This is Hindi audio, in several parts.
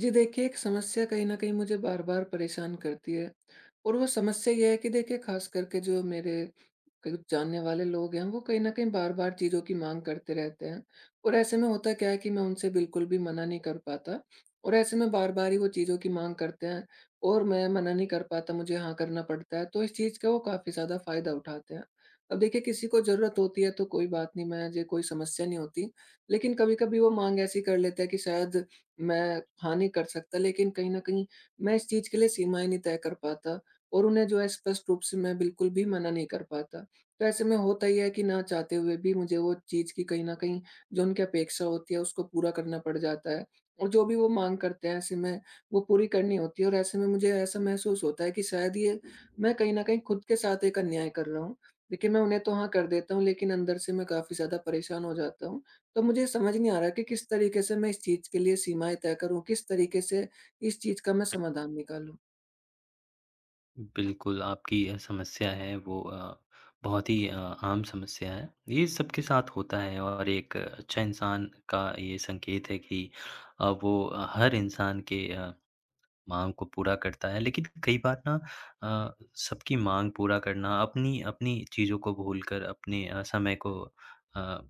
जी देखिए, एक समस्या कहीं न कहीं मुझे बार-बार परेशान करती है और वो समस्या ये है कि देखिए ख़ास करके जो मेरे करीब जानने वाले लोग हैं, वो कहीं न कहीं बार-बार चीज़ों की माँग करते रहते हैं। और ऐसे में होता क्या है कि मैं उनसे बिल्कुल भी मना नहीं कर पाता और ऐसे में बार-बार ही वो चीज़ों की माँग करते हैं। और मैं मना नहीं कर पाता, मुझे हाँ करना पड़ता है, तो इस चीज़ का वो काफ़ी ज़्यादा फ़ायदा उठाते हैं। अब देखिए किसी को ज़रूरत होती है तो कोई बात नहीं, मुझे कोई समस्या नहीं होती, लेकिन कभी-कभी वो माँग ऐसी कर लेते हैं कि शायद मैं हानि कर सकता, लेकिन कहीं न कहीं मैं इस चीज़ के लिए सीमाएँ नहीं तय कर पाता और उन्हें जो है स्पष्ट रूप से मैं बिल्कुल भी मना नहीं कर पाता। तो ऐसे में होता ये है कि ना चाहते हुए भी मुझे वो चीज़ की कहीं न कहीं जो उनकी अपेक्षा होती है उसको पूरा करना पड़ जाता है और जो भी वो माँग करते हैं ऐसे में वो पूरी करनी होती है, और ऐसे में मुझे ऐसा महसूस होता है कि शायद ये मैं कहीं न कहीं खुद के साथ एक अन्याय कर रहा हूँ। देखिए मैं उन्हें तो हाँ कर देता हूँ, लेकिन अंदर से मैं काफ़ी ज़्यादा परेशान हो जाता हूँ। तो मुझे समझ नहीं आ रहा कि किस तरीके से मैं इस चीज़ के लिए सीमाएँ तय करूँ, किस तरीके से इस चीज़ का मैं समाधान निकालूँ? बिल्कुल, आपकी समस्या है वो बहुत ही आम समस्या है। ये सबके साथ होता है और एक अच्छा इंसान का ये संकेत है कि वो हर इंसान के माँग को पूरा करता है। लेकिन कई बार ना अ, सबकी माँग पूरा करना, अपनी अपनी चीज़ों को भूलकर अपने समय को अ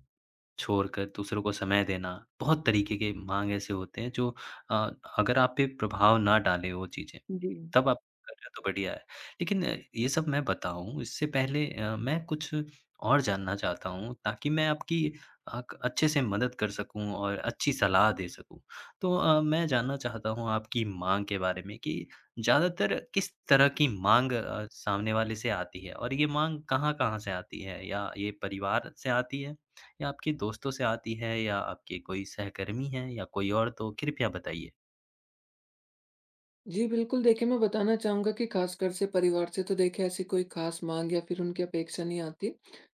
छोड़कर दूसरों को समय देना, बहुत तरीके के मांग ऐसे होते हैं जो अ, अगर आप पे प्रभाव ना डाले वो चीज़ें, जी। तब आप कर रहे हो तो बढ़िया है। लेकिन ये सब मैं बताऊँ इससे पहले मैं कुछ और जानना चाहता हूँ ताकि मैं आपकी अ, क अच्छे से मदद कर सकूँ और अच्छी सलाह दे सकूँ। तो मैं जानना चाहता हूँ आपकी माँग के बारे में कि ज़्यादातर किस तरह की माँग सामने वाले से आती है और ये माँग कहाँ-कहाँ से आती है? या ये परिवार से आती है? या आपके दोस्तों से आती है या आपके कोई सहकर्मी हैं या कोई और तो कृपया बताइए। जी, बिल्कुल देखिए, मैं बताना चाहूँगा कि ख़ासकर से परिवार से तो देखिए ऐसी कोई ख़ास माँग या फिर उनकी अपेक्षा नहीं आती।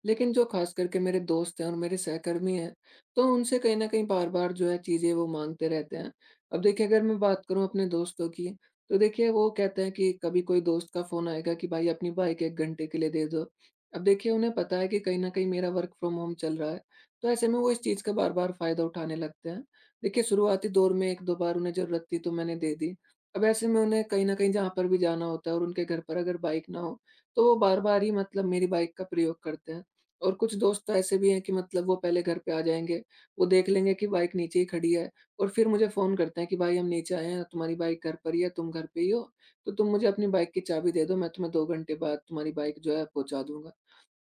लेकिन जो ख़ास करके मेरे दोस्त हैं और मेरे सहकर्मी हैं, तो उनसे कहीं न कहीं बार-बार जो है चीज़ें वो माँगते रहते हैं। अब देखिए अगर मैं बात करूँ अपने दोस्तों की, तो देखिए वो कहते हैं कि कभी कोई दोस्त का फ़ोन आएगा कि भाई अपनी बाइक 1 घंटे के लिए दे दो। अब देखिए उन्हें पता है कि कहीं न कहीं मेरा वर्क फ्रॉम होम चल रहा है, तो ऐसे में वो इस चीज़ का बार-बार फ़ायदा उठाने लगते हैं। देखिए शुरुआती दौर में 1-2 बार उन्हें ज़रूरत थी तो मैंने दे दी। अब ऐसे में उन्हें कहीं न कहीं जहाँ पर भी जाना होता है और उनके घर पर अगर बाइक ना हो, तो वो बार-बार ही मतलब मेरी बाइक का प्रयोग करते हैं। और कुछ दोस्त तो ऐसे भी हैं कि मतलब वो पहले घर पे आ जाएँगे, वो देख लेंगे कि बाइक नीचे ही खड़ी है और फिर मुझे फ़ोन करते हैं कि भाई हम नीचे आए हैं, तुम्हारी बाइक घर पर ही है, तुम घर पे ही हो, तो तुम मुझे अपनी बाइक की चाबी दे दो, मैं तुम्हें 2 घंटे बाद तुम्हारी बाइक जो है पहुँचा दूँगा।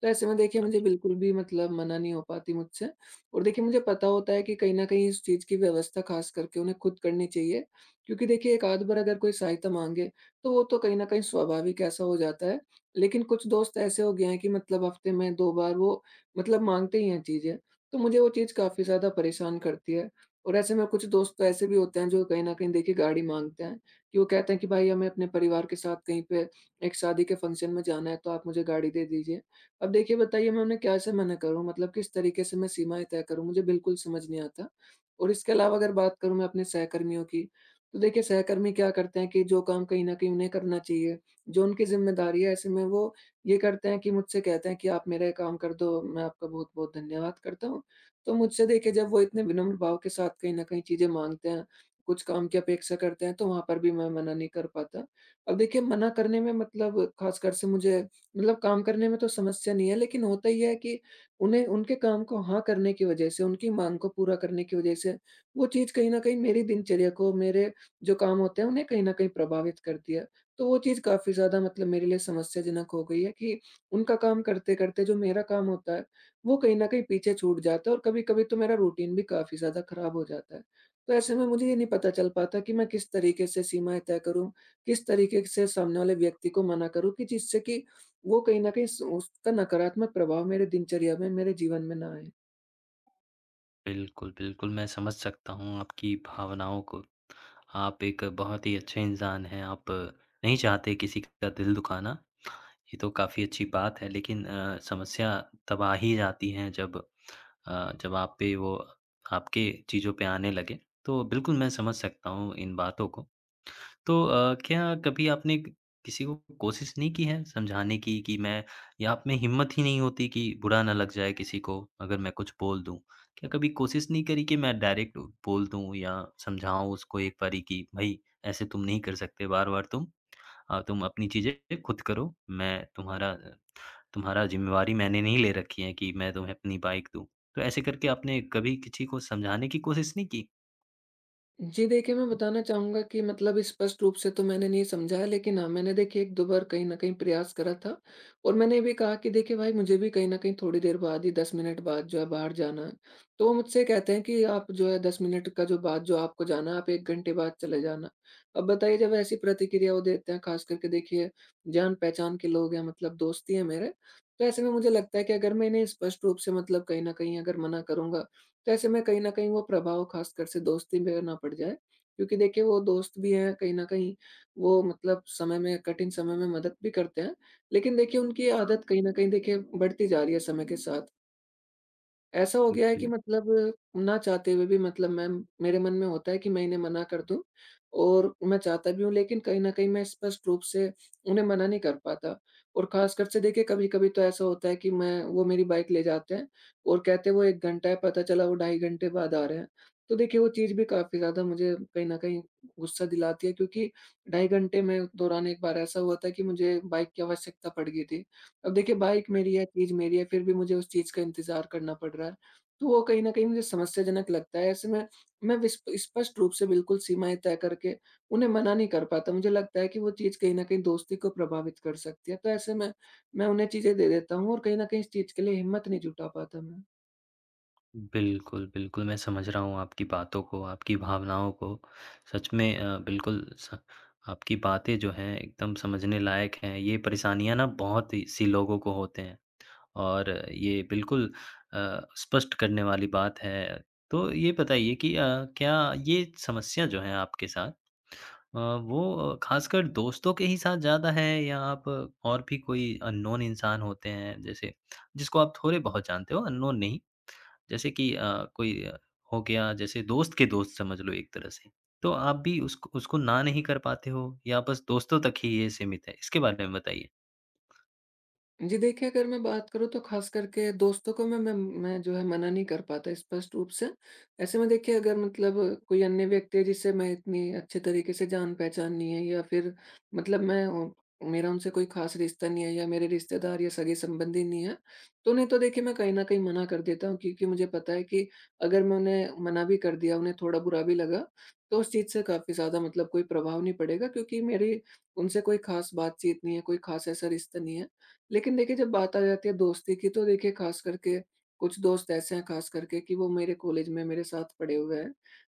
तो ऐसे में देखिए मुझे बिल्कुल भी मतलब मना नहीं हो पाती मुझसे, और देखिए मुझे पता होता है कि कहीं न कहीं इस चीज़ की व्यवस्था ख़ास करके उन्हें खुद करनी चाहिए, क्योंकि देखिए एक आध बार अगर कोई सहायता माँगे, तो वो तो कहीं न कहीं स्वाभाविक ऐसा हो जाता है। लेकिन कुछ दोस्त ऐसे हो गए हैं कि मतलब हफ़्ते में 2 बार वो मतलब माँगते ही हैं चीज़ें, तो मुझे वो चीज़ काफ़ी ज़्यादा परेशान करती है। और ऐसे में कुछ दोस्त तो ऐसे भी होते हैं जो कहीं न कहीं देखिए गाड़ी माँगते हैं, कि वो कहते हैं कि भाई हमें अपने परिवार के साथ कहीं पे एक शादी के फंक्शन में जाना है तो आप मुझे गाड़ी दे दीजिए। अब देखिए बताइए मैं उन्हें कैसे मना करूँ? मतलब किस तरीके से मैं सीमाएँ तय करूँ? मुझे बिल्कुल समझ नहीं आता। और इसके अलावा अगर बात करूँ मैं अपने सहकर्मियों की, तो देखिए सहकर्मी क्या करते हैं कि जो काम कहीं न कहीं उन्हें करना चाहिए, जो उनकी ज़िम्मेदारी है, ऐसे में वो ये करते हैं कि मुझसे कहते हैं कि आप मेरा ये काम कर दो, मैं आपका बहुत-बहुत धन्यवाद करता हूँ। तो मुझसे देखिए जब वो इतने विनम्र भाव के साथ कहीं न कहीं चीज़ें माँगते हैं, कुछ काम की अपेक्षा करते हैं, तो वहाँ पर भी मैं मना नहीं कर पाता। अब देखिए मना करने में मतलब ख़ासकर से मुझे मतलब काम करने में तो समस्या नहीं है, लेकिन होता ये है कि उन्हें उनके काम को हाँ करने की वज़ह से, उनकी माँग को पूरा करने की वज़ह से वो चीज़ कहीं न कहीं मेरी दिनचर्या को, मेरे जो काम होते हैं उन्हें कहीं न कहीं प्रभावित करती है। तो वो चीज़ काफ़ी ज़्यादा मतलब मेरे लिए समस्याजनक हो गई है कि उनका काम करते-करते जो मेरा काम होता है, वो कहीं न कहीं पीछे छूट जाता है, और कभी-कभी तो मेरा रूटीन भी काफ़ी ज़्यादा खराब हो जाता है। तो ऐसे में मुझे ये नहीं पता चल पाता कि मैं किस तरीके से सीमाएँ तय करूँ, किस तरीके से सामने वाले व्यक्ति को मना करूँ कि जिससे कि वो कहीं न कहीं स उसका नकारात्मक प्रभाव मेरे दिनचर्या में, मेरे जीवन में ना आए। बिल्कुल, बिल्कुल मैं समझ सकता हूँ आपकी भावनाओं को। आप एक बहुत ही अच्छे इंसान हैं, आप नहीं चाहते किसी का दिल दुखाना, ये तो काफ़ी अच्छी बात है लेकिन समस्या तब आ ही जाती है जब अ, जब आप पे वो आपके चीज़ों पे आने लगे। तो बिल्कुल मैं समझ सकता हूँ इन बातों को। तो क्या कभी आपने क किसी को कोशिश नहीं की है समझाने की कि मैं या आप में हिम्मत ही नहीं होती कि बुरा ना लग जाए किसी को अगर मैं कुछ बोल दूँ? क्या कभी कोशिश नहीं करी कि मैं डायरेक्ट बोल दूँ या समझाऊँ उसको एक बारी कि भई ऐसे तुम नहीं कर सकते बार-बार तुम। तुम अपनी चीज़ें खुद करो। मैं तुम्हारा तुम्हारा ज़िम्मेवारी मैंने नहीं ले रखी है कि मैं तुम्हें अपनी बाइक दूँ। तो ऐसे करके आपने कभी किसी को समझाने की कोशिश नहीं जी देखिए, मैं बताना चाहूँगा कि मतलब स्पष्ट रूप से तो मैंने नहीं समझा है, लेकिन हाँ, मैंने देखिए 1-2 बार कहीं न कहीं प्रयास करा था, और मैंने ये भी कहा कि देखिए भाई मुझे भी कहीं न कहीं थोड़ी देर बाद ही 10 मिनट बाद जो है बाहर जाना है। तो वो मुझसे कहते हैं कि आप जो है 10 मिनट का जो बाद जो आपको जाना है आप 1 घंटे बाद चले जाना। अब बताइए जब ऐसी प्रतिक्रिया वो देते हैं ख़ास करके देखिए जान-पहचान के लोग हैं, मतलब दोस्ती है मेरे, तो ऐसे में मुझे लगता है कि अगर मैं इन्हें स्पष्ट रूप से मतलब कहीं न कहीं अगर मना करूँगा, तो ऐसे में कहीं न कहीं वो प्रभाव ख़ासकर से दोस्ती पे ना पड़ जाए, क्योंकि देखिए वो दोस्त भी हैं, कहीं न कहीं वो मतलब समय में कठिन समय में मदद भी करते हैं। लेकिन देखिए उनकी आदत कहीं न कहीं देखिए बढ़ती जा रही है समय के साथ। ऐसा हो गया है कि की? मतलब ना चाहते हुए भी मतलब मैं मेरे मन में होता है कि मैं इन्हें मना कर दूँ, और मैं चाहता भी हूँ, लेकिन कहीं न कहीं मैं स्पष्ट रूप से उन्हें मना नहीं कर पाता। और ख़ासकर से देखिए कभी-कभी तो ऐसा होता है कि मैं वो मेरी बाइक ले जाते हैं और कहते हैं वो 1 घंटा है, पता चला वो 2.5 घंटे बाद आ रहे हैं। तो देखिए वो चीज़ भी काफ़ी ज़्यादा मुझे कहीं न कहीं गुस्सा दिलाती है, क्योंकि 2.5 घंटे में दौरान एक बार ऐसा हुआ था कि मुझे बाइक की आवश्यकता पड़ गई थी। अब देखिए बाइक मेरी है, चीज़ मेरी है, फिर भी मुझे उस चीज़ का इंतज़ार करना पड़ रहा है, तो वो कहीं न कहीं मुझे समस्याजनक लगता है। ऐसे में मैं विस स्पष्ट रूप से बिल्कुल सीमाएँ तय करके उन्हें मना नहीं कर पाता। मुझे लगता है कि वो चीज़ कहीं न कहीं दोस्ती को प्रभावित कर सकती है, तो ऐसे में मैं उन्हें चीज़ें दे देता हूँ और कहीं न कहीं इस चीज़ के लिए हिम्मत नहीं जुटा पाता मैं। बिल्कुल, बिल्कुल, मैं समझ रहा हूँ आपकी बातों को, आपकी भावनाओं को। सच में बिल्कुल स आपकी बातें जो हैं एकदम समझने लायक हैं। ये परेशानियाँ ना बहुत ही सी लोगों को होते हैं और ये बिल्कुल स्पष्ट करने वाली बात है। तो ये बताइए कि क्या ये समस्या जो है आपके साथ वो खासकर दोस्तों के ही साथ ज़्यादा है या आप और भी कोई अननोन इंसान होते हैं जैसे जिसको आप थोड़े बहुत जानते हो, अननोन नहीं? जैसे कि कोई हो गया जैसे दोस्त के दोस्त समझ लो एक तरह से। तो आप भी उसको उसको ना नहीं कर पाते हो या बस दोस्तों तक ही ये सीमित है? इसके बारे में बताइए। जी देखिए, अगर मैं बात करूँ तो ख़ास करके दोस्तों को मैं जो है मना नहीं कर पाता स्पष्ट रूप से। ऐसे में देखिए अगर मतलब कोई अन्य व्यक्ति है जिससे मैं इतनी अच्छे तरीके से जान-पहचान नहीं है या फिर मतलब मैं उ मेरा उनसे कोई ख़ास रिश्ता नहीं है या मेरे रिश्तेदार या सगे-संबंधी नहीं है, तो उन्हें तो देखिए मैं कहीं न कहीं मना कर देता हूँ, क्योंकि मुझे पता है कि अगर मैं उन्हें मना भी कर दिया, उन्हें थोड़ा बुरा भी लगा, तो उस चीज़ से काफ़ी ज़्यादा मतलब कोई प्रभाव नहीं पड़ेगा, क्योंकि मेरी उनसे कोई ख़ास बातचीत नहीं है, कोई ख़ास ऐसा रिश्ता नहीं है। लेकिन देखिए जब बात आ जाती है दोस्ती की, तो देखिए ख़ास करके कुछ दोस्त ऐसे हैं ख़ास करके कि वो मेरे कॉलेज में मेरे साथ पढ़े हुए हैं।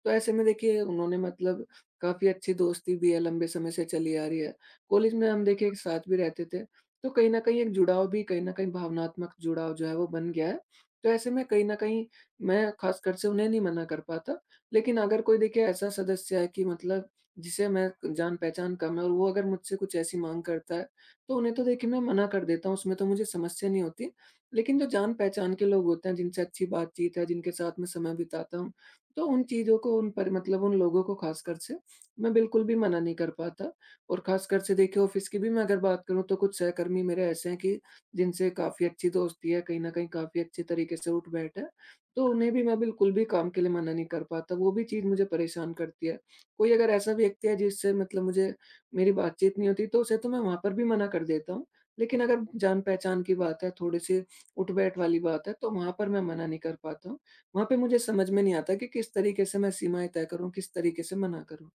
तो ऐसे में देखिए उन्होंने मतलब काफ़ी अच्छी दोस्ती भी है, लंबे समय से चली आ रही है। कॉलेज में हम देखिए एक साथ भी रहते थे, तो कहीं न कहीं एक जुड़ाव भी कहीं न कहीं भावनात्मक जुड़ाव जो है वो बन गया है। तो ऐसे में कहीं न कहीं मैं ख़ासकर से उन्हें नहीं मना कर पाता। लेकिन अगर कोई देखिए ऐसा सदस्य है कि मतलब जिसे मैं जान-पहचान कम है और वो अगर मुझसे कुछ ऐसी माँग करता है, तो उन्हें तो देखिए मैं मना कर देता हूँ, उसमें तो मुझे समस्या नहीं होती। लेकिन जो जान-पहचान के लोग होते हैं, जिनसे अच्छी बातचीत है, जिनके साथ मैं समय बिताता हूँ, तो उन चीज़ों को उन पर मतलब उन लोगों को ख़ासकर से मैं बिल्कुल भी मना नहीं कर पाता। और ख़ासकर से देखिए ऑफ़िस की भी मैं अगर बात करूँ तो कुछ सहकर्मी मेरे ऐसे हैं कि जिनसे काफ़ी अच्छी दोस्ती है, कहीं न कहीं काफ़ी अच्छे तरीके से उठ-बैठ है, तो उन्हें भी मैं बिल्कुल भी काम के लिए मना नहीं कर पाता। वो भी चीज़ मुझे परेशान करती है। कोई अगर ऐसा व्यक्ति है जिससे मतलब मुझे मेरी बातचीत नहीं होती, तो उसे तो मैं वहाँ पर भी मना कर देता हूँ। लेकिन अगर जान-पहचान की बात है, थोड़े-से उठ-बैठ वाली बात है, तो वहाँ पर मैं मना नहीं कर पाता हूँ। वहाँ पे मुझे समझ में नहीं आता कि किस तरीके से मैं सीमाएँ तय करूँ, किस तरीके से मना करूँ?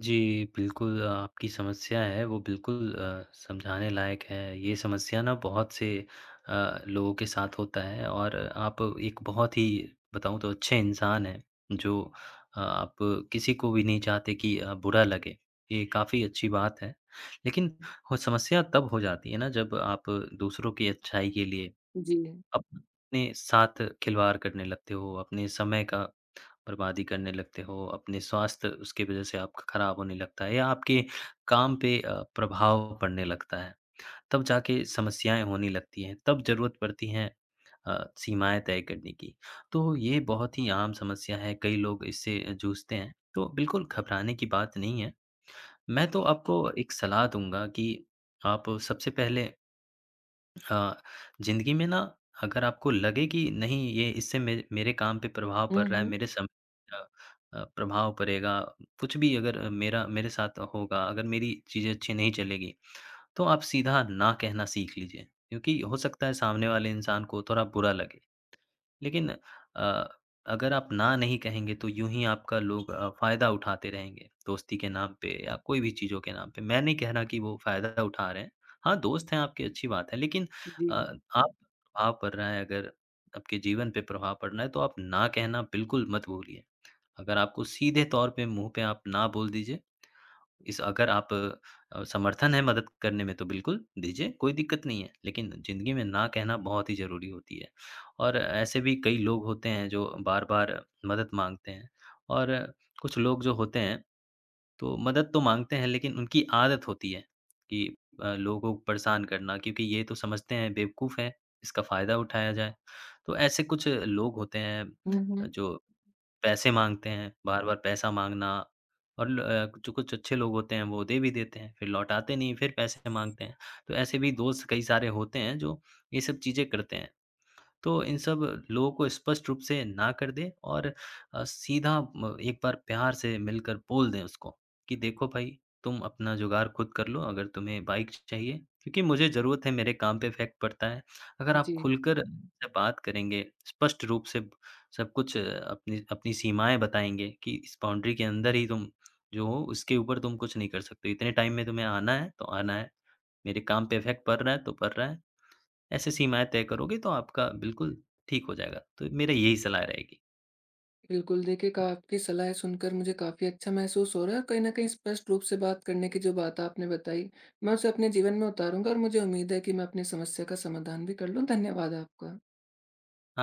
जी, बिल्कुल आपकी समस्या है वो बिल्कुल समझाने लायक है। ये समस्या ना बहुत से लोगों के साथ होता है और आप एक बहुत ही बताऊँ तो अच्छे इंसान हैं जो आप किसी को भी नहीं चाहते कि बुरा लगे। ये काफ़ी अच्छी बात है। लेकिन हो समस्या तब हो जाती है ना जब आप दूसरों की अच्छाई के लिए जी। अपने साथ खिलवाड़ करने लगते हो, अपने समय का बर्बादी करने लगते हो, अपने स्वास्थ्य उसकी वज़ह से आपका खराब होने लगता है या आपके काम पे प्रभाव पड़ने लगता है। तब जाके समस्याएँ होने लगती हैं, तब ज़रूरत पड़ती है सीमाएँ तय करने की। तो ये बहुत ही आम समस्या है, कई लोग इससे जूझते हैं, तो बिल्कुल घबराने की बात नहीं है। मैं तो आपको एक सलाह दूँगा कि आप सबसे पहले अ, ज़िंदगी में ना अगर आपको लगे कि नहीं ये इससे मे मेरे काम पे प्रभाव हुँ, पड़ रहा है, हुँ। मेरे अ प्रभाव पड़ेगा, कुछ भी अगर मेरा मेरे साथ होगा, अगर मेरी चीज़ें अच्छी नहीं चलेगी, तो आप सीधा ना कहना सीख लीजिए। क्योंकि हो सकता है सामने वाले इंसान को थोड़ा बुरा लगे। लेकिन अ, अगर आप ना नहीं कहेंगे तो यूँ ही आपका लोग फ़ायदा उठाते रहेंगे, दोस्ती के नाम पे या कोई भी चीज़ों के नाम पे। मैं नहीं कह रहा कि वो फ़ायदा उठा रहे हैं। हाँ, दोस्त हैं आपके अच्छी बात है लेकिन जी। अ, आप प्रभाव पड़ रहा है अगर आपके जीवन पे प्रभाव पड़ रहा है तो आप ना कहना बिल्कुल मत भूलिए। अगर आपको सीधे तौर पे मुँह पे आप ना बोल दीजिए। इस अगर आप समर्थन है मदद करने में तो बिल्कुल दीजिए, कोई दिक्कत नहीं है। लेकिन ज़िंदगी में ना कहना बहुत ही ज़रूरी होती है और ऐसे भी कई लोग होते हैं जो बार-बार मदद माँगते हैं और कुछ लोग जो होते हैं तो मदद तो माँगते हैं लेकिन उनकी आदत होती है कि लोगों को परेशान करना क्योंकि ये तो समझते हैं बेवकूफ़ है, इसका फ़ायदा उठाया जाए। तो ऐसे कुछ लोग होते हुँ, हुँ। हैं जो पैसे माँगते हैं, बार-बार पैसा माँगना और कुछ-कुछ अच्छे लोग होते हैं वो दे भी देते हैं, फिर लौटाते नहीं, फिर पैसे माँगते हैं। तो ऐसे भी दोस्त कई सारे होते हैं जो ये सब चीज़ें करते हैं। तो इन सब लोगों को स्पष्ट रूप से ना कर दें और अ, सीधा म एक बार प्यार से मिलकर बोल दें उसको कि देखो भाई तुम अपना जुगाड़ खुद कर लो अगर तुम्हें बाइक चाहिए क्योंकि मुझे ज़रूरत है मेरे काम पे इफ़ेक्ट पड़ता है। अगर आप जी। खुलकर हुँ। उनसे बात करेंगे, स्पष्ट रूप से सब कुछ अपनी अपनी सीमाएँ बताएँगे कि इस बाउंड्री के अंदर ही तुम जो हो उसके ऊपर तुम कुछ नहीं कर सकते। इतने टाइम में तुम्हें आना है तो आना है, मेरे काम पे इफ़ेक्ट पड़ रहा है तो पड़ रहा है। ऐसी सीमाएँ तय करोगे तो आपका बिल्कुल ठीक हो जाएगा। तो मेरा यही सलाह रहेगी। बिल्कुल, देखिए का आपकी सलाहें सुनकर मुझे काफ़ी अच्छा महसूस हो रहा है, और कहीं न कहीं स्पष्ट रूप से बात करने की जो बात आपने बताई, मैं उसे अपने जीवन में उतारूँगा और मुझे उम्मीद है कि मैं अपनी समस्या का समाधान भी कर लूँ। धन्यवाद आपका।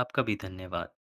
आपका भी धन्यवाद।